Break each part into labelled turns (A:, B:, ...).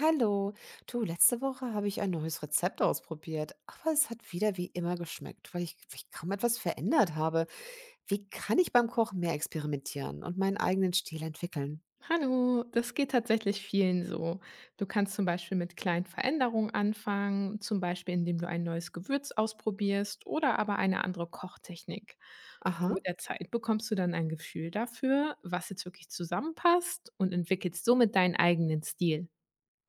A: Hallo, du, letzte Woche habe ich ein neues Rezept ausprobiert, aber es hat wieder wie immer geschmeckt, weil ich kaum etwas verändert habe. Wie kann ich beim Kochen mehr experimentieren und meinen eigenen Stil entwickeln?
B: Hallo, das geht tatsächlich vielen so. Du kannst zum Beispiel mit kleinen Veränderungen anfangen, zum Beispiel indem du ein neues Gewürz ausprobierst oder aber eine andere Kochtechnik. Und
A: Aha,
B: mit der Zeit bekommst du dann ein Gefühl dafür, was jetzt wirklich zusammenpasst und entwickelst somit deinen eigenen Stil.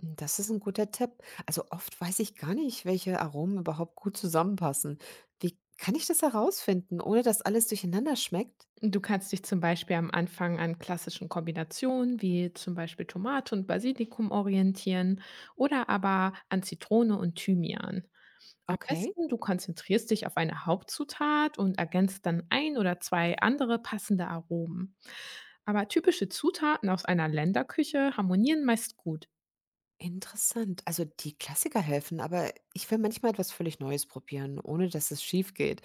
A: hm, das ist ein guter Tipp. Also oft weiß ich gar nicht, welche Aromen überhaupt gut zusammenpassen. Wie kann ich das herausfinden, ohne dass alles durcheinander schmeckt?
B: Du kannst dich zum Beispiel am Anfang an klassischen Kombinationen wie zum Beispiel Tomate und Basilikum orientieren oder aber an Zitrone und Thymian. Am
A: Okay.
B: besten, du konzentrierst dich auf eine Hauptzutat und ergänzt dann ein oder zwei andere passende Aromen. Aber typische Zutaten aus einer Länderküche harmonieren meist gut.
A: Interessant. Also die Klassiker helfen, aber ich will manchmal etwas völlig Neues probieren, ohne dass es schief geht.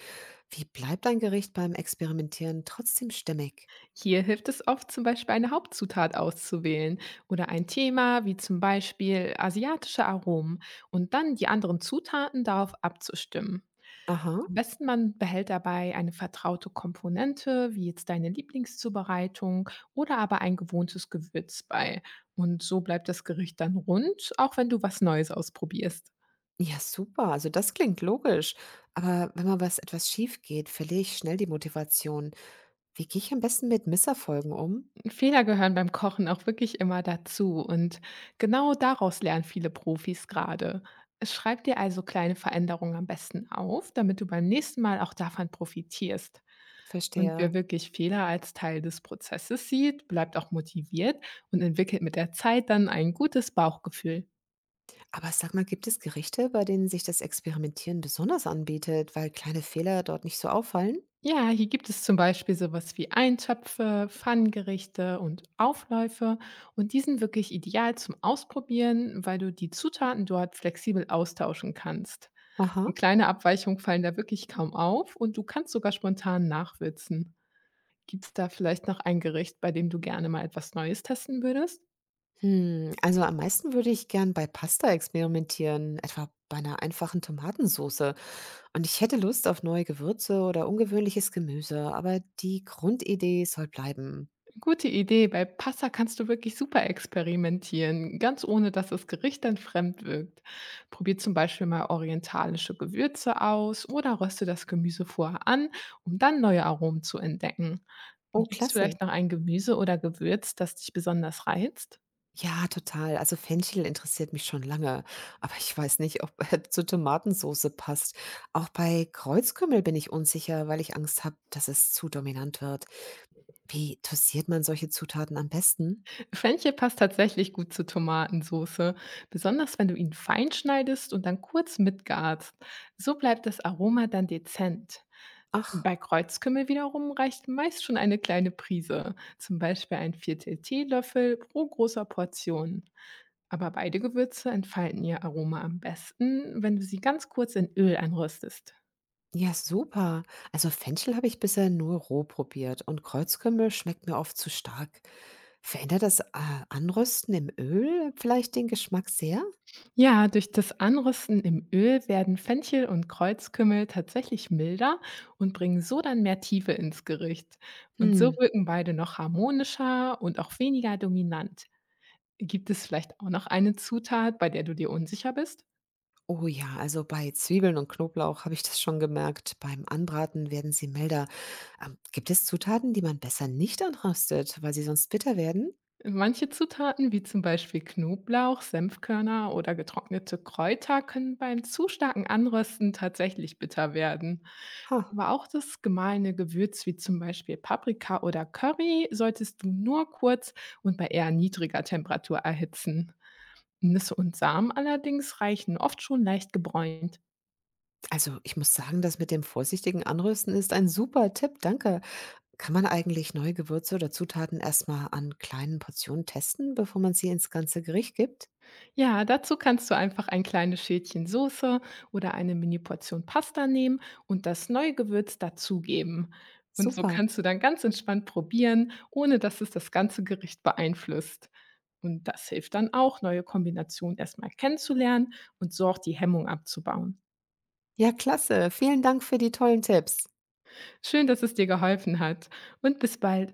A: Wie bleibt ein Gericht beim Experimentieren trotzdem stimmig?
B: Hier hilft es oft, zum Beispiel eine Hauptzutat auszuwählen oder ein Thema wie zum Beispiel asiatische Aromen und dann die anderen Zutaten darauf abzustimmen.
A: Aha.
B: Am besten man behält dabei eine vertraute Komponente, wie jetzt deine Lieblingszubereitung oder aber ein gewohntes Gewürz bei. Und so bleibt das Gericht dann rund, auch wenn du was Neues ausprobierst.
A: Ja, super. Also das klingt logisch. Aber wenn mal was etwas schief geht, verliere ich schnell die Motivation. Wie gehe ich am besten mit Misserfolgen um?
B: Fehler gehören beim Kochen auch wirklich immer dazu und genau daraus lernen viele Profis gerade. Schreib dir also kleine Veränderungen am besten auf, damit du beim nächsten Mal auch davon profitierst. Und wer
A: Verstehe.
B: wirklich Fehler als Teil des Prozesses sieht, bleibt auch motiviert und entwickelt mit der Zeit dann ein gutes Bauchgefühl.
A: Aber sag mal, gibt es Gerichte, bei denen sich das Experimentieren besonders anbietet, weil kleine Fehler dort nicht so auffallen?
B: Ja, hier gibt es zum Beispiel sowas wie Eintöpfe, Pfannengerichte und Aufläufe. Und die sind wirklich ideal zum Ausprobieren, weil du die Zutaten dort flexibel austauschen kannst.
A: Aha.
B: Und kleine Abweichungen fallen da wirklich kaum auf und du kannst sogar spontan nachwürzen. Gibt es da vielleicht noch ein Gericht, bei dem du gerne mal etwas Neues testen würdest?
A: Hm, also am meisten würde ich gern bei Pasta experimentieren, etwa bei einer einfachen Tomatensoße. Und ich hätte Lust auf neue Gewürze oder ungewöhnliches Gemüse, aber die Grundidee soll bleiben.
B: Gute Idee. Bei Pasta kannst du wirklich super experimentieren, ganz ohne, dass das Gericht dann fremd wirkt. Probier zum Beispiel mal orientalische Gewürze aus oder röste das Gemüse vorher an, um dann neue Aromen zu entdecken.
A: Oh,
B: Gibt es
A: klasse.
B: vielleicht noch ein Gemüse oder Gewürz, das dich besonders reizt?
A: Ja, total. Also Fenchel interessiert mich schon lange, aber ich weiß nicht, ob er zur Tomatensoße passt. Auch bei Kreuzkümmel bin ich unsicher, weil ich Angst habe, dass es zu dominant wird. Wie dosiert man solche Zutaten am besten?
B: Fenchel passt tatsächlich gut zu Tomatensoße, besonders wenn du ihn fein schneidest und dann kurz mitgarst. So bleibt das Aroma dann dezent.
A: Ach.
B: Bei Kreuzkümmel wiederum reicht meist schon eine kleine Prise, zum Beispiel ein Viertel Teelöffel pro großer Portion. Aber beide Gewürze entfalten ihr Aroma am besten, wenn du sie ganz kurz in Öl anröstest.
A: Ja, super. Also Fenchel habe ich bisher nur roh probiert und Kreuzkümmel schmeckt mir oft zu stark. Verändert das Anrösten im Öl vielleicht den Geschmack sehr?
B: Ja, durch das Anrösten im Öl werden Fenchel und Kreuzkümmel tatsächlich milder und bringen so dann mehr Tiefe ins Gericht. Und so
A: Hm.
B: wirken beide noch harmonischer und auch weniger dominant. Gibt es vielleicht auch noch eine Zutat, bei der du dir unsicher bist?
A: Oh ja, also bei Zwiebeln und Knoblauch habe ich das schon gemerkt. Beim Anbraten werden sie milder. Gibt es Zutaten, die man besser nicht anröstet, weil sie sonst bitter werden?
B: Manche Zutaten, wie zum Beispiel Knoblauch, Senfkörner oder getrocknete Kräuter, können beim zu starken Anrösten tatsächlich bitter werden.
A: Ha.
B: Aber auch das gemahlene Gewürz, wie zum Beispiel Paprika oder Curry, solltest du nur kurz und bei eher niedriger Temperatur erhitzen. Nüsse und Samen allerdings reichen oft schon leicht gebräunt.
A: Also ich muss sagen, das mit dem vorsichtigen Anrösten ist ein super Tipp. Danke. Kann man eigentlich neue Gewürze oder Zutaten erstmal an kleinen Portionen testen, bevor man sie ins ganze Gericht gibt?
B: Ja, dazu kannst du einfach ein kleines Schälchen Soße oder eine Mini-Portion Pasta nehmen und das neue Gewürz dazugeben. Und so
A: Super.
B: kannst du dann ganz entspannt probieren, ohne dass es das ganze Gericht beeinflusst. Und das hilft dann auch, neue Kombinationen erstmal kennenzulernen und so auch die Hemmung abzubauen.
A: Ja, klasse. Vielen Dank für die tollen Tipps.
B: Schön, dass es dir geholfen hat und bis bald.